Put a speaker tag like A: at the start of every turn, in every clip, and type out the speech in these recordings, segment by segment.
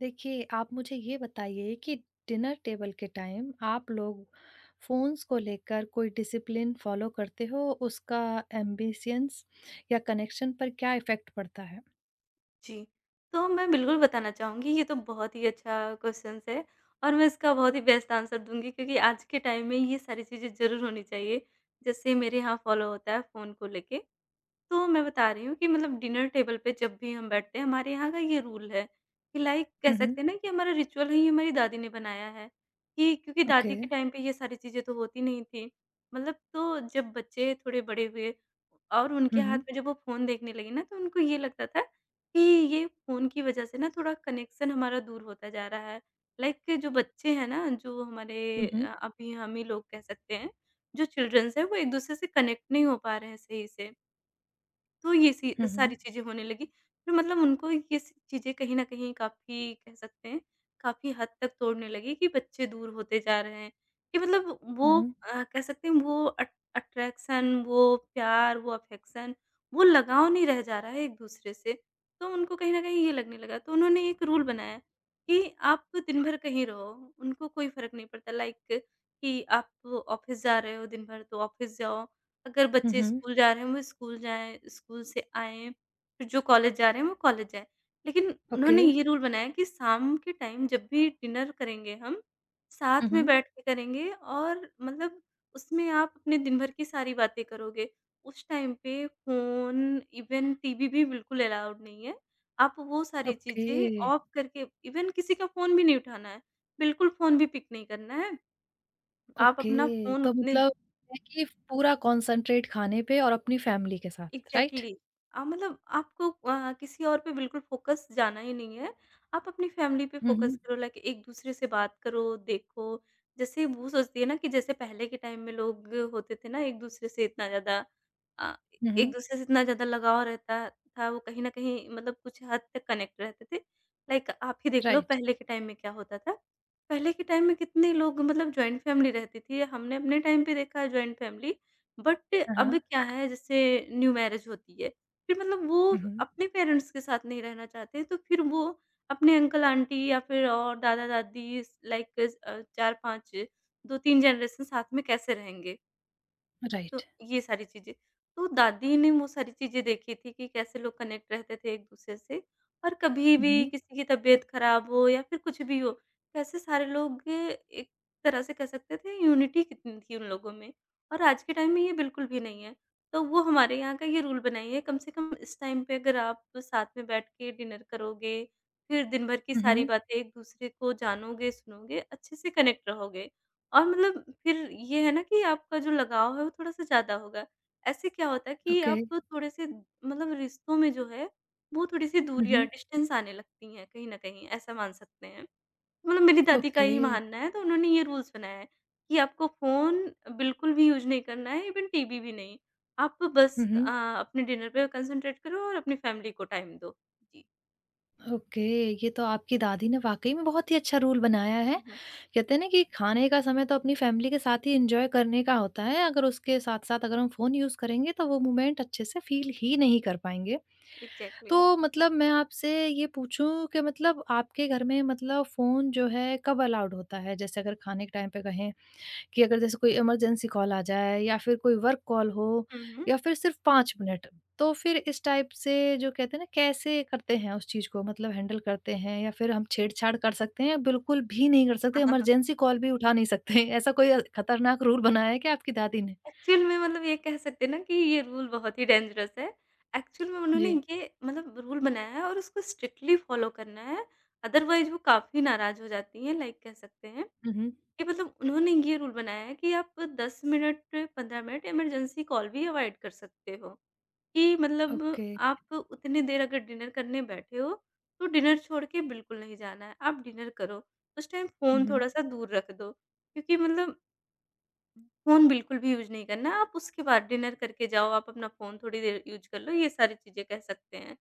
A: देखिए, आप मुझे ये बताइए कि डिनर टेबल के टाइम आप लोग फ़ोन्स को लेकर कोई डिसिप्लिन फ़ॉलो करते हो? उसका एम्बिशंस या कनेक्शन पर क्या इफ़ेक्ट पड़ता है?
B: जी। तो मैं बिल्कुल बताना चाहूँगी, ये तो बहुत ही अच्छा क्वेश्चन्स है और मैं इसका बहुत ही बेस्ट आंसर दूँगी क्योंकि आज के टाइम में ये सारी चीज़ें ज़रूर होनी चाहिए, जिससे मेरे यहाँ फ़ॉलो होता है फ़ोन को लेके। तो मैं बता रही हूँ कि मतलब डिनर टेबल पे जब भी हम बैठते हैं, हमारे यहाँ का ये रूल है कि लाइक कह
A: हुँ, हुँ।
B: सकते हैं ना कि हमारा रिचुअल ही हमारी दादी ने बनाया है, कि क्योंकि
A: ओके।
B: दादी के टाइम पे ये सारी चीज़ें तो होती नहीं थी। मतलब तो जब बच्चे थोड़े बड़े हुए और उनके
A: हुँ,
B: हाथ
A: हुँ।
B: में जब वो फ़ोन देखने लगे ना, तो उनको ये लगता था कि ये फ़ोन की वज़ह से ना थोड़ा कनेक्शन हमारा दूर होता जा रहा है। लाइक जो बच्चे हैं ना, जो हमारे
A: हुँ, हुँ।
B: अभी हम ही लोग कह सकते हैं, जो चिल्ड्रंस हैं, वो एक-दूसरे से कनेक्ट नहीं हो पा रहे हैं सही से। तो ये सी
A: हुँ,
B: सारी
A: हुँ।
B: चीज़ें होने लगी। फिर मतलब उनको ये स चीज़ें कहीं न कहीं काफ़ी कह सकते हैं, काफ़ी हद तक तोड़ने लगी कि बच्चे दूर होते जा रहे हैं। कि मतलब वो
A: हुँ, हुँ।
B: कह सकते हैं वो अट अट्रैक्शन, वो प्यार, वो अफ़ेक्शन, वो लगाव नहीं रह जा रहा है एक-दूसरे से। तो उनको कहीं न कहीं ये लगने लगा। तो उन्होंने एक रूल बनाया कि आप दिन भर कहीं रहो, उनको कोई फ़र्क नहीं पड़ता। लाइक कि आप ऑफ़िस जा रहे हो दिन भर तो ऑफ़िस जाओ। अगर
A: हुँ,
B: बच्चे
A: हुँ।
B: स्कूल जा रहे हैं, वो स्कूल जाएँ, स्कूल से आएँ, फिर जो कॉलेज जा रहे हैं, वो कॉलेज जाएँ। लेकिन
A: ओके।
B: उन्होंने ये रूल बनाया कि शाम के टाइम जब भी डिनर करेंगे हम,
A: हुँ,
B: साथ में
A: हुँ।
B: बैठ के करेंगे, और मतलब उसमें आप अपने दिन भर की सारी बातें करोगे। उस टाइम पे फ़ोन, इवन टीवी भी बिल्कुल अलाउड नहीं है। आप वो सारी
A: ओके।
B: चीज़ें ऑफ करके इवन किसी का फ़ोन भी नहीं उठाना है, बिल्कुल फ़ोन भी पिक नहीं करना है। आप अपना
A: ओके।
B: फ़ोन
A: तो
B: उतने।
A: मतलब है कि पूरा कॉन्संट्रेट खाने पे और अपनी फ़ैमिली के साथ,
B: एग्ज़ैक्टली,
A: राइट?
B: exactly। मतलब आपको किसी और पे बिल्कुल फोकस जाना ही नहीं है। आप अपनी फैमिली पे
A: हुँ,
B: फोकस
A: हुँ।
B: करो, लाइक एक-दूसरे से बात करो, देखो। जैसे वो सोचती है ना कि जैसे पहले के टाइम में लोग होते थे ना एक-दूसरे से इतना ज़्यादा अ,
A: हुँ, हुँ।
B: एक-दूसरे से इतना ज़्यादा लगाव रहता था, वो कहीं न कहीं मतलब कुछ हद तक कनेक्ट रहते थे। लाइक आप ही देख लो
A: राइट।
B: पहले के टाइम में क्या होता था। पहले के टाइम में कितने लोग मतलब जॉइंट फैमिली रहती थी। हमने अपने टाइम पे देखा है जॉइंट फैमिली, बट
A: हाँ,
B: अब
A: हाँ।
B: क्या है, जैसे न्यू मैरिज होती है, फिर मतलब वो
A: हुँ, हुँ।
B: अपने पेरेंट्स के साथ नहीं रहना चाहते हैं, तो फिर वो अपने अंकल आंटी या फिर और दादा-दादी, लाइक 4-5 2-3 जनरेशन साथ में कैसे रहेंगे? तो
A: राइट।
B: ये सारी चीज़ें। तो दादी ने वो सारी चीज़ें देखी थी कि कैसे लोग कनेक्ट रहते थे एक-दूसरे से, और कभी
A: हुँ,
B: भी
A: हुँ।
B: किसी की तबीयत ख़राब हो या फिर कुछ भी हो, कैसे सारे लोग एक तरह से कह सकते थे, यूनिटी कितनी थी उन लोगों में, और आज के टाइम में ये बिल्कुल भी नहीं है। तो वो हमारे यहाँ का ये रूल बनाई है, कम से कम इस टाइम पे अगर आप साथ में बैठ के डिनर करोगे, फिर दिन भर की
A: हुँ,
B: सारी
A: हुँ।
B: बातें एक-दूसरे को जानोगे, सुनोगे, अच्छे से कनेक्ट रहोगे। और मतलब फिर ये है ना कि आपका जो लगाव है वो थोड़ा-सा ज़्यादा होगा। ऐसे क्या होता है कि
A: ओके।
B: आप थोड़े-से मतलब रिश्तों में जो है वो थोड़ी-सी
A: हुँ,
B: दूरियाँ
A: हुँ।
B: डिस्टेंस आने लगती हैं कहीं न कहीं, ऐसा मान सकते हैं। मतलब मेरी दादी का
A: ओके।
B: ही मानना है, तो उन्होंने ये रूल्स बनाया है कि आपको फ़ोन बिल्कुल भी यूज़ नहीं करना है, इवन टीवी भी नहीं। आप बस
A: हुँ, हुँ।
B: अपने डिनर पे कंसंट्रेट करो और अपनी फैमिली को टाइम दो। जी।
A: ओके, ये तो आपकी दादी ने वाक़ई में बहुत ही अच्छा रूल बनाया है।
B: हाँ,
A: कहते हैं ना कि खाने का समय तो अपनी फ़ैमिली के साथ ही एन्जॉय करने का होता है, अगर उसके साथ-साथ अगर हम फ़ोन यूज़ करेंगे तो वो मोमेंट अच्छे से फ़ील ही नहीं कर पाएँगे।
B: एग्ज़ैक्टली।
A: तो मतलब मैं आपसे ये पूछूँ कि मतलब आपके घर में मतलब फ़ोन जो है कब अलाउड होता है? जैसे अगर खाने के टाइम पे कहें कि अगर जैसे कोई इमरजेंसी कॉल आ जाए या फिर कोई वर्क कॉल हो
B: हुँ,
A: या फिर सिर्फ 5 मिनट, तो फिर इस टाइप से जो कहते हैं ना कैसे करते हैं उस चीज़ को मतलब हैंडल करते हैं या फिर हम छेड़छाड़ कर सकते हैं या बिल्कुल भी नहीं कर सकते,
B: हुँ।
A: इमरजेंसी कॉल भी उठा नहीं सकते? ऐसा कोई खतरनाक रूल बनाया है क्या आपकी दादी ने?
B: एक्चुअल में मतलब ये कह सकते हैं ना कि ये रूल बहुत ही डेंजरस है। एक्चुअल में
A: जी।
B: उन्होंने ये मतलब रूल बनाया है और उसको स्ट्रिक्टली फ़ॉलो करना है, अदरवाइज़ वो काफ़ी नाराज़ हो जाती हैं। लाइक कह सकते हैं
A: हुँ, हुँ।
B: कि मतलब उन्होंने ये रूल बनाया है कि आप 10 मिनट, 15 मिनट इमरजेंसी कॉल भी अवॉइड कर सकते हो, कि मतलब
A: ओके।
B: आप उतनी देर अगर डिनर करने बैठे हो, तो डिनर छोड़ के बिल्कुल नहीं जाना है, आप डिनर करो। उस टाइम
A: हुँ,
B: फ़ोन
A: हुँ।
B: थोड़ा-सा दूर रख दो, क्योंकि मतलब फ़ोन बिल्कुल भी यूज़ नहीं करना है, आप उसके बाद डिनर करके जाओ, आप अपना फ़ोन थोड़ी देर यूज़ कर लो, ये सारी चीज़ें कह सकते हैं।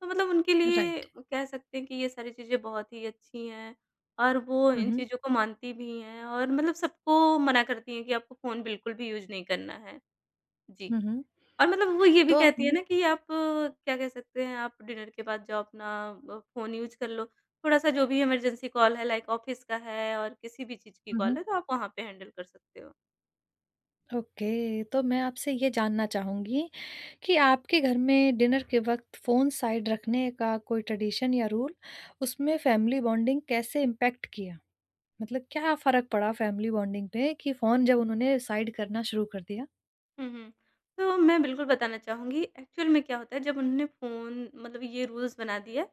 B: तो मतलब उनके लिए
A: राइट।
B: कह सकते हैं कि ये सारी चीज़ें बहुत ही अच्छी हैं, और वो
A: हुँ,
B: इन
A: हुँ।
B: चीज़ों को मानती भी हैं और मतलब सबको मना करती हैं कि आपको फ़ोन बिल्कुल भी यूज़ नहीं करना है। जी।
A: हुँ, हुँ।
B: और मतलब वो ये भी
A: तो
B: कहती है
A: हुँ,
B: ना कि आप क्या कह सकते हैं, आप डिनर के बाद जाओ, अपना फ़ोन यूज़ कर लो, थोड़ा-सा जो भी इमरजेंसी कॉल है लाइक ऑफ़िस का है और किसी भी चीज़ की कॉल
A: हुँ।
B: है, तो आप वहाँ पे हैंडल कर सकते हो।
A: ओके, तो मैं आपसे ये जानना चाहूँगी कि आपके घर में डिनर के वक्त फ़ोन साइड रखने का कोई ट्रेडिशन या रूल, उसमें फ़ैमिली बॉन्डिंग कैसे इम्पैक्ट किया? मतलब क्या फ़र्क पड़ा फ़ैमिली बॉन्डिंग पे कि फ़ोन जब उन्होंने साइड करना शुरू कर दिया?
B: हुँ, हुँ। तो मैं बिल्कुल बताना चाहूँगी, एक्चुअल में क्या होता है, जब उन्होंने फ़ोन मतलब ये रूल्स बना दिया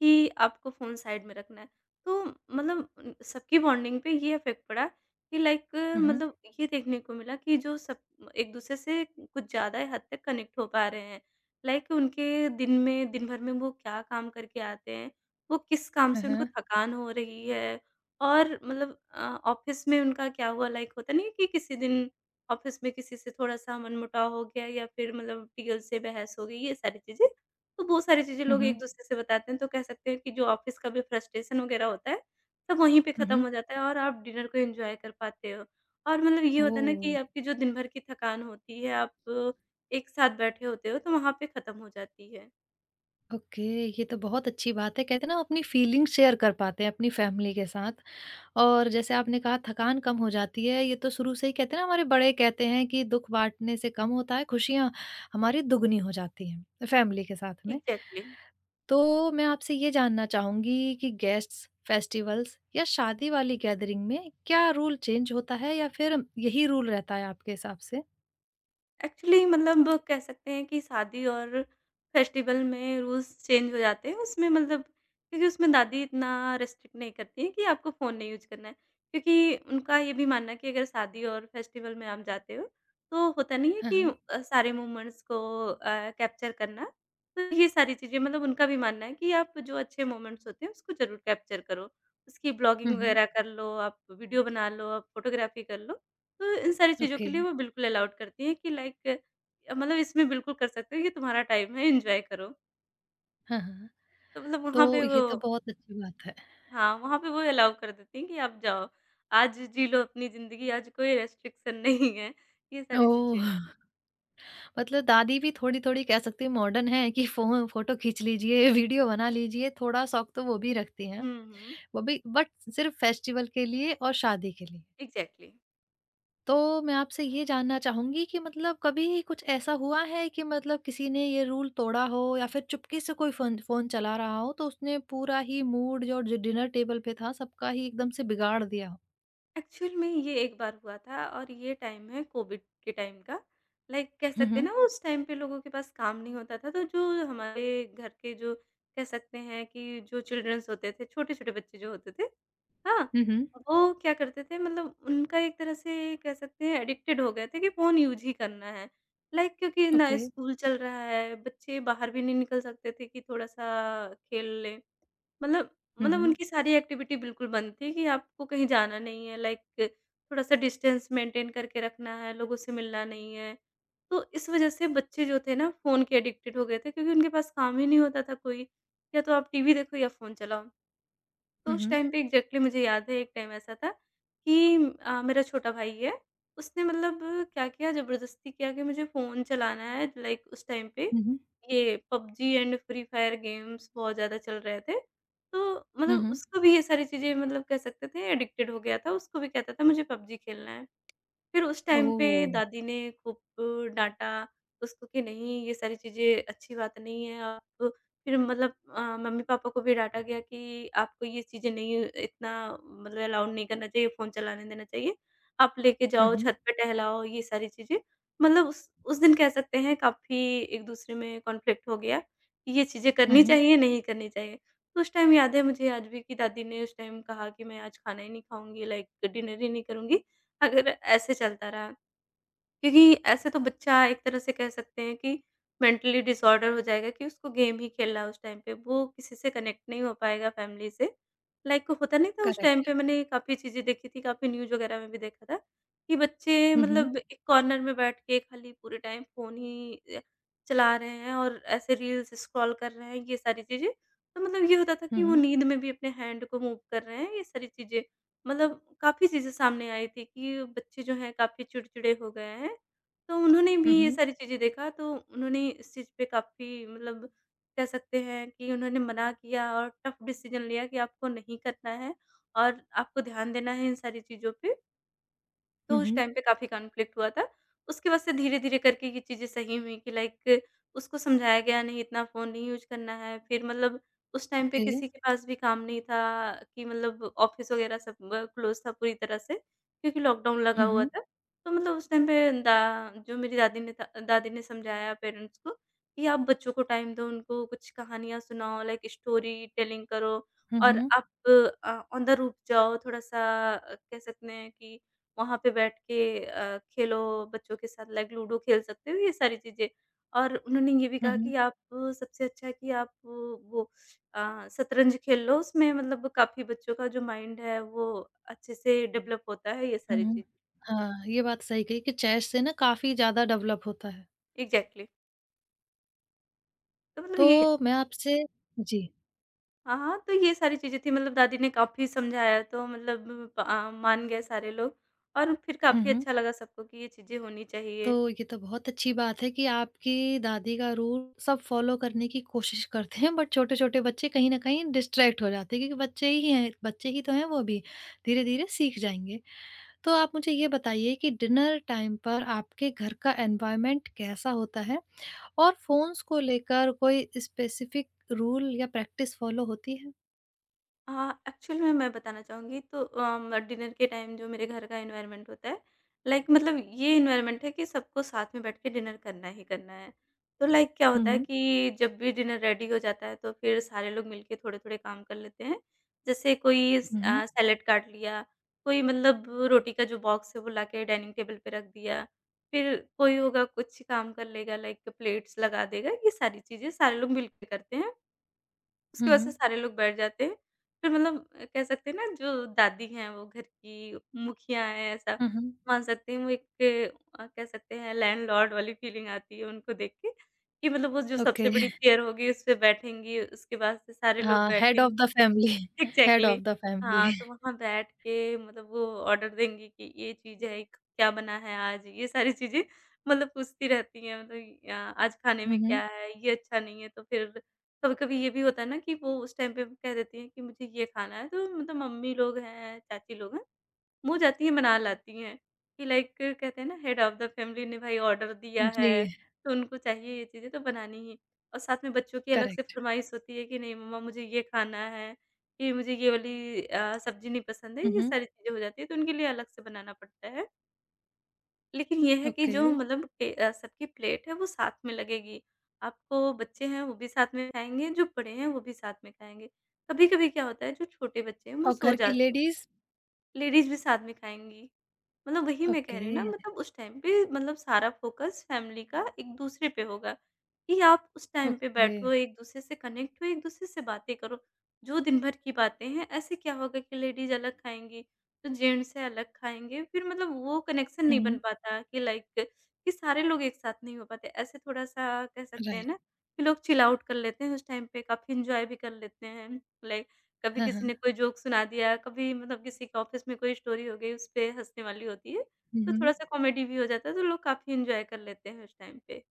B: कि आपको फ़ोन साइड में रखना है, तो मतलब उन सबकी बॉन्डिंग पे ये इफ़ेक्ट पड़ा कि लाइक
A: हुँ, हुँ।
B: मतलब ये देखने को मिला कि जो सब एक-दूसरे से कुछ ज़्यादा ही हद तक कनेक्ट हो पा रहे हैं। लाइक उनके दिन में, दिन भर में वो क्या काम करके आते हैं, वो किस काम
A: हाँ,
B: से उनको
A: हाँ।
B: थकान हो रही है, और मतलब ऑफ़िस में उनका क्या हुआ, लाइक होता नहीं है कि किसी दिन ऑफिस में किसी से थोड़ा-सा मनमुटाव हो गया या फिर मतलब टीएल से बहस हो गई, ये सारी चीज़ें। तो वो सारी चीज़ें
A: हुँ,
B: लोग
A: हुँ।
B: एक-दूसरे से बताते हैं, तो कह सकते हैं कि जो ऑफिस का भी फ्रस्ट्रेशन वगैरह होता है, सब वहीं पे
A: हुँ,
B: खत्म
A: हुँ।
B: हो जाता है और आप डिनर को एन्जॉय कर पाते हो। और मतलब ये होता है ना कि
A: ओह!
B: आपकी जो दिन भर की थकान होती है, आप एक साथ बैठे होते हो, तो वहाँ पे खत्म हो जाती है।
A: ओके, ये तो बहुत अच्छी बात है। कहते हैं ना अपनी फीलिंग शेयर कर पाते हैं अपनी फ़ैमिली के साथ। और जैसे आपने कहा थकान कम हो जाती है, ये तो शुरू से ही कहते हैं ना हमारे बड़े कहते हैं कि दुःख बाँटने से कम होता है, खुशियाँ हमारी दुगनी हो जाती हैं, फैमिली के साथ में।
B: एग्ज़ैक्टली।
A: तो मैं आपसे ये जानना चाहूँगी कि गेस्ट्स, फेस्टिवल्स या शादी वाली गैदरिंग में क्या रूल चेंज होता है या फिर यही रूल रहता है आपके हिसाब से?
B: एक्चुअली मतलब कह सकते हैं कि शादी और फेस्टिवल में रूल्स चेंज हो जाते हैं। उसमें मतलब क्योंकि उसमें दादी इतना रिस्ट्रिक्ट नहीं करती हैं कि आपको फ़ोन नहीं यूज़ करना है। क्योंकि उनका ये भी मानना है कि अगर शादी और फेस्टिवल में आप जाते हो, तो होता नहीं है
A: हाँ,
B: कि
A: हाँ।
B: सारे मोमेंट्स को कैप्चर करना। तो ये सारी चीज़ें मतलब उनका भी मानना है कि आप जो अच्छे मोमेंट्स होते हैं उसको ज़रूर कैप्चर करो। उसकी ब्लॉगिंग
A: हुँ, हुँ।
B: वगैरह कर लो, आप वीडियो बना लो, आप फ़ोटोग्राफ़ी कर लो। तो इन सारी चीज़ों के
A: ओके।
B: लिए वो बिल्कुल अलाउड करती हैं, कि लाइक मतलब इसमें बिल्कुल कर सकते हो, ये तुम्हारा टाइम है, एन्जॉय करो।
A: हाँ, हाँ।
B: तो मतलब वहाँ
A: तो
B: पे वो।
A: ये तो बहुत अच्छी बात है।
B: हाँ, वहाँ पे वो अलाउ कर देती हैं कि आप जाओ, आज जी लो अपनी ज़िंदगी, आज कोई रेस्ट्रिक्शन नहीं है। ये सारी
A: ओह!
B: चीज़ें।
A: मतलब दादी भी थोड़ी-थोड़ी कह सकती हूँ मॉडर्न है कि फ़ोन फ़ोटो खींच लीजिए, वीडियो बना लीजिए, थोड़ा शौक तो वो भी रखती हैं।
B: हुँ, हुँ।
A: वो भी बट सिर्फ़ फेस्टिवल के लिए और शादी के लिए।
B: एग्ज़ैक्टली।
A: तो मैं आपसे ये जानना चाहूँगी कि मतलब कभी कुछ ऐसा हुआ है कि मतलब किसी ने ये रूल तोड़ा हो या फिर चुपके से कोई फ़ोन फ़ोन चला रहा हो तो उसने पूरा ही मूड और जो डिनर टेबल पे था सबका ही एकदम से बिगाड़ दिया हो?
B: एक्चुअल में ये एक बार हुआ था, और ये टाइम है कोविड के टाइम का। लाइक कह
A: हुँ,
B: सकते हैं ना,
A: हुँ।
B: उस टाइम पे लोगों के पास काम नहीं होता था, तो जो हमारे घर के, जो कह सकते हैं कि जो चिल्ड्रंस होते थे, छोटे छोटे बच्चे जो होते थे। हाँ,
A: हुँ, हुँ।
B: वो क्या करते थे, मतलब उनका एक तरह से कह सकते हैं एडिक्टेड हो गए थे कि फोन यूज ही करना है। लाइक क्योंकि ना
A: ओके।
B: स्कूल चल रहा है, बच्चे बाहर भी नहीं निकल सकते थे कि थोड़ा सा खेल लें। मतलब
A: हुँ,
B: मतलब
A: हुँ।
B: उनकी सारी एक्टिविटी बिल्कुल बंद थी कि आपको कहीं जाना नहीं है, लाइक थोड़ा-सा डिस्टेंस मेंटेन करके रखना है, लोगों से मिलना नहीं है। तो इस वजह से बच्चे जो थे ना फ़ोन के एडिक्टेड हो गए थे, क्योंकि उनके पास काम ही नहीं होता था कोई, या तो आप टीवी देखो या फ़ोन चलाओ। तो
A: हुँ,
B: उस
A: हुँ।
B: टाइम पे एग्ज़ैक्टली मुझे याद है एक टाइम ऐसा था कि मेरा छोटा भाई है, उसने मतलब क्या किया, ज़बरदस्ती किया कि मुझे फ़ोन चलाना है। लाइक उस टाइम पे
A: हुँ, हुँ।
B: ये PUBG and free fire games बहुत ज़्यादा चल रहे थे। तो
A: हुँ,
B: मतलब
A: हुँ।
B: उसको भी ये सारी चीज़ें, मतलब कह सकते थे एडिक्टेड हो गया था, उसको भी कहता था मुझे पबजी खेलना है। फिर उस टाइम पे
A: ओह!
B: दादी ने खूब डाँटा उसको कि नहीं, ये सारी चीज़ें अच्छी बात नहीं है। आप फिर मतलब मम्मी-पापा को भी डाँटा गया कि आपको ये चीज़ें नहीं, इतना मतलब अलाउड नहीं करना चाहिए, फ़ोन चलाने देना चाहिए। आप लेके
A: हुँ,
B: जाओ,
A: हुँ।
B: छत पे टहलाओ, ये सारी चीज़ें। मतलब उस दिन कह सकते हैं काफ़ी एक-दूसरे में कॉन्फ्लिक्ट हो गया कि ये चीज़ें
A: हुँ,
B: करनी
A: हुँ।
B: चाहिए, नहीं करनी चाहिए। तो उस टाइम याद है मुझे आज भी कि दादी ने उस टाइम कहा कि मैं आज खाना ही नहीं खाऊँगी, लाइक डिनर ही नहीं करूँगी अगर ऐसे चलता रहा, क्योंकि ऐसे तो बच्चा एक तरह से कह सकते हैं कि मेंटली डिसऑर्डर हो जाएगा कि उसको गेम ही खेलना है उस टाइम पे, वो किसी से कनेक्ट नहीं हो पाएगा फैमिली से। लाइक होता नहीं था उस टाइम
A: करेक्ट।
B: पे, मैंने काफ़ी चीज़ें देखी थी, काफ़ी न्यूज़ वगैरह में भी देखा था कि बच्चे
A: हुँ, हुँ।
B: मतलब एक कॉर्नर में बैठ के खाली पूरे टाइम फ़ोन ही चला रहे हैं और ऐसे रील्स स्क्रॉल कर रहे हैं, ये सारी चीज़ें। तो मतलब ये होता था
A: हुँ,
B: कि वो
A: हुँ।
B: नींद में भी अपने हैंड को मूव कर रहे हैं, ये सारी चीज़ें। मतलब काफ़ी चीज़ें सामने आई थी कि बच्चे जो हैं काफ़ी चिड़चिड़े हो गए हैं। तो उन्होंने
A: हुँ,
B: भी ये
A: हुँ।
B: सारी चीज़ें देखा, तो उन्होंने इस चीज़ पे काफ़ी मतलब कह सकते हैं कि उन्होंने मना किया और टफ डिसीज़न लिया कि आपको नहीं करना है और आपको ध्यान देना है इन सारी चीज़ों पे। तो
A: हुँ,
B: उस
A: हुँ।
B: टाइम पे काफ़ी कॉन्फ्लिक्ट हुआ था। उसकी वजह से धीरे-धीरे करके ये चीज़ें सही हुई कि लाइक उसको समझाया गया नहीं इतना फ़ोन नहीं यूज़ करना है। फिर मतलब उस टाइम पे
A: ओके।
B: किसी के पास भी काम नहीं था कि मतलब ऑफ़िस वग़ैरह सब ब क्लोज़ था पूरी तरह से, क्योंकि लॉकडाउन लगा
A: हुँ,
B: हुआ
A: हुँ।
B: था। तो मतलब उस टाइम पे दा जो मेरी दादी ने था, दादी ने समझाया पेरेंट्स को कि आप बच्चों को टाइम दो, उनको कुछ कहानियाँ सुनाओ, लाइक स्टोरी टेलिंग करो
A: हुँ,
B: और
A: हुँ।
B: आप अ, ऑन द रूफ जाओ थोड़ा-सा, कह सकते हैं कि वहाँ पे बैठ के खेलो बच्चों के साथ, लाइक लूडो खेल सकते हो, ये सारी चीज़ें। और उन्होंने ये भी
A: हुँ,
B: कहा
A: हुँ।
B: कि आप सबसे अच्छा है कि आप वो शतरंज खेल लो, उसमें मतलब काफ़ी बच्चों का जो माइंड है वो अच्छे से डेवलप होता है, ये
A: हुँ,
B: सारी
A: हुँ।
B: चीज़ें।
A: हाँ, ये बात सही कही कि चेस से ना काफ़ी ज़्यादा डेवलप होता है।
B: एग्ज़ैक्टली। तो मतलब ये
A: तो मैं आपसे जी।
B: हाँ, हाँ, तो ये सारी चीज़ें थी, मतलब दादी ने काफ़ी समझाया, तो मतलब मान गए सारे लोग और फिर
A: हुँ,
B: काफ़ी
A: हुँ।
B: अच्छा लगा सबको कि ये चीज़ें होनी
A: तो
B: चाहिए।
A: ये तो बहुत अच्छी बात है कि आपकी दादी का रूल सब फ़ॉलो करने की कोशिश करते हैं बट छोटे-छोटे बच्चे कहीं न कहीं डिस्ट्रैक्ट हो जाते हैं क्योंकि बच्चे ही हैं बच्चे ही तो हैं वो भी, धीरे-धीरे सीख जाएँगे। तो आप मुझे ये बताइए कि डिनर टाइम पर आपके घर का एनवायरनमेंट कैसा होता है? और फ़ोन्स को लेकर कोई स्पेसिफिक रूल या प्रैक्टिस फ़ॉलो होती है?
B: हाँ, एक्चुअल में मैं बताना चाहूँगी तो डिनर के टाइम जो मेरे घर का एनवायरनमेंट होता है, लाइक मतलब ये एनवायरनमेंट है कि सबको साथ में बैठ के डिनर करना ही करना है। तो लाइक क्या
A: हुँ,
B: होता है
A: हुँ।
B: कि जब भी डिनर रेडी हो जाता है, तो फिर सारे लोग मिलके थोड़े-थोड़े काम कर लेते हैं। जैसे कोई
A: हुँ, हुँ।
B: सैलेड काट लिया, कोई मतलब रोटी का जो बॉक्स है वो लाके डाइनिंग टेबल पे रख दिया, फिर कोई होगा कुछ काम कर लेगा लाइक प्लेट्स लगा देगा, ये सारी चीज़ें सारे लोग मिलके करते हैं।
A: हुँ,
B: उसकी वजह से
A: हुँ।
B: सारे लोग बैठ जाते हैं। फिर मतलब कह सकते हैं ना, जो दादी हैं वो घर की मुखिया हैं, ऐसा
A: हुँ, हुँ।
B: मान सकते हैं। वो एक कह सकते हैं लैंडलॉर्ड वाली फीलिंग आती है उनको देख के, कि मतलब वो जो
A: ओके।
B: सबसे बड़ी चेयर होगी उस पे बैठेंगी, उसके बाद से सारे लोग
A: हाँ, हेड ऑफ़
B: बैठें।
A: The family head
B: exactly.
A: Of the
B: हाँ,
A: फैमिली।
B: तो वहाँ बैठ के मतलब वो ऑर्डर देंगी कि ये चीज़ है, क क्या बना है आज? ये सारी चीज़ें मतलब पूछती रहती हैं, मतलब आज खाने
A: हुँ,
B: में क्या
A: हुँ।
B: है? ये अच्छा नहीं है, तो फिर कभी-कभी ये भी होता है ना कि वो उस टाइम पे कह देती हैं कि मुझे ये खाना है, तो मतलब मम्मी लोग हैं, चाची लोग हैं, वो जाती हैं बना लाती हैं, कि लाइक कहते हैं ना हेड ऑफ़ द फैमिली ने भाई ऑर्डर दिया है,
A: जी,
B: तो उनको चाहिए ये चीज़ें तो बनानी ही। और साथ में बच्चों की अलग से
A: करेक्ट।
B: फ़रमाइश होती है कि नहीं मम्मा मुझे ये खाना है, कि मुझे ये वाली सब्ज़ी नहीं पसंद है,
A: हुँ,
B: ये
A: हुँ।
B: सारी चीज़ें हो जाती हैं, तो उनके लिए अलग से बनाना पड़ता है। लेकिन ये है कि
A: ओके
B: जो मतलब सबकी प्लेट है वो साथ में लगेगी, आपको बच्चे हैं वो भी साथ में खाएँगे, जो बड़े हैं वो भी साथ में खाएँगे। कभी-कभी क्या होता है, जो छोटे बच्चे हैं वो
A: और
B: सो
A: घर की
B: जाते हैं,
A: लेडीज़?
B: लेडीज़ भी साथ में खाएँगी। मतलब वही मैं कह रही हूँ ना,
A: ओके,
B: मतलब उस टाइम पे मतलब सारा फ़ोकस फैमिली का एक-दूसरे पे होगा, कि आप उस टाइम पे
A: ओके।
B: बैठो, एक-दूसरे से कनेक्ट हो, एक-दूसरे से बातें करो। जो दिन भर की बातें हैं, ऐसे क्या होगा कि लेडीज़ अलग खाएँगी, तो जेंट्स है अलग खाएँगे, फिर मतलब वो कनेक्शन
A: हुँ,
B: नहीं बन
A: हुँ।
B: पाता कि लाइक कि सारे लोग एक साथ नहीं हो पाते। ऐसे थोड़ा-सा कह सकते हैं
A: राइट।
B: ना कि लोग चिल आउट कर लेते हैं उस टाइम पे, काफ़ी एन्जॉय भी कर लेते हैं। लाइक कभी
A: हाँ, हाँ।
B: किसी ने कोई जोक सुना दिया, कभी मतलब किसी के ऑफ़िस में कोई स्टोरी हो गई उस पे हँसने वाली होती है,
A: हुँ,
B: तो
A: हुँ।
B: थोड़ा-सा कॉमेडी भी हो जाता है, तो लोग काफ़ी एन्जॉय कर लेते हैं उस टाइम पे।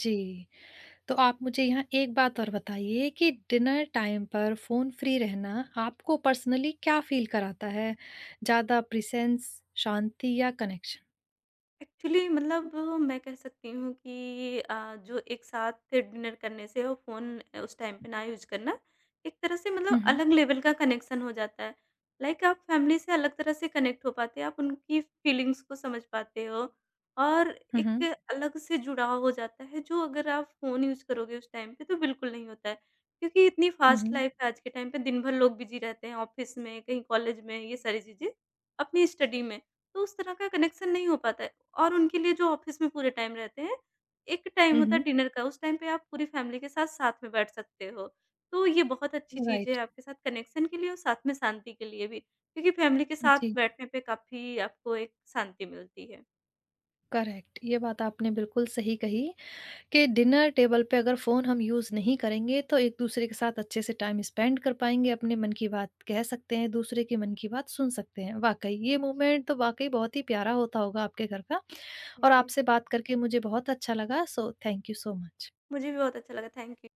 A: जी। तो आप मुझे यहाँ एक बात और बताइए कि डिनर टाइम पर फ़ोन फ्री रहना आपको पर्सनली क्या फ़ील कराता है? ज़्यादा प्रेज़ेंस, शांति या कनेक्शन?
B: एक्चुअली मतलब मैं कह सकती हूँ कि जो एक साथ डिनर करने से और फ़ोन उस टाइम पे ना यूज़ करना, एक तरह से
A: हुँ,
B: मतलब
A: हुँ।
B: अलग लेवल का कनेक्शन हो जाता है। लाइक आप फैमिली से अलग तरह से कनेक्ट हो पाते हैं, आप उनकी फीलिंग्स को समझ पाते हो और
A: हुँ,
B: एक
A: हुँ।
B: अलग से जुड़ाव हो जाता है, जो अगर आप फ़ोन यूज़ करोगे उस टाइम पे तो बिल्कुल नहीं होता है। क्योंकि इतनी
A: हुँ,
B: फ़ास्ट
A: हुँ।
B: लाइफ़ है आज के टाइम पे, दिन भर लोग बिज़ी रहते हैं ऑफ़िस में, कहीं कॉलेज में, ये सारी चीज़ें, अपनी स्टडी में। तो उस तरह का कनेक्शन नहीं हो पाता है। और उनके लिए जो ऑफ़िस में पूरे टाइम रहते हैं, एक टाइम
A: हुँ,
B: होता है
A: हुँ।
B: डिनर का, उस टाइम पे आप पूरी फ़ैमिली के साथ, साथ में बैठ सकते हो। तो ये बहुत अच्छी चीज़ है
A: राइट।
B: आपके साथ कनेक्शन के लिए और साथ में शांति के लिए भी, क्योंकि फ़ैमिली के साथ
A: जी,
B: बैठने पे काफ़ी आपको एक शांति मिलती है।
A: करेक्ट। ये बात आपने बिल्कुल सही कही कि डिनर टेबल पे अगर फ़ोन हम यूज़ नहीं करेंगे तो एक-दूसरे के साथ अच्छे से टाइम स्पेंड कर पाएँगे, अपने मन की बात कह सकते हैं, दूसरे के मन की बात सुन सकते हैं। वाक़ई, ये मोमेंट तो वाक़ई बहुत ही प्यारा होता होगा आपके घर का। और
B: जी,
A: आपसे बात करके मुझे बहुत अच्छा लगा so thank you so much.
B: मुझे भी बहुत अच्छा लगा, थैंक यू।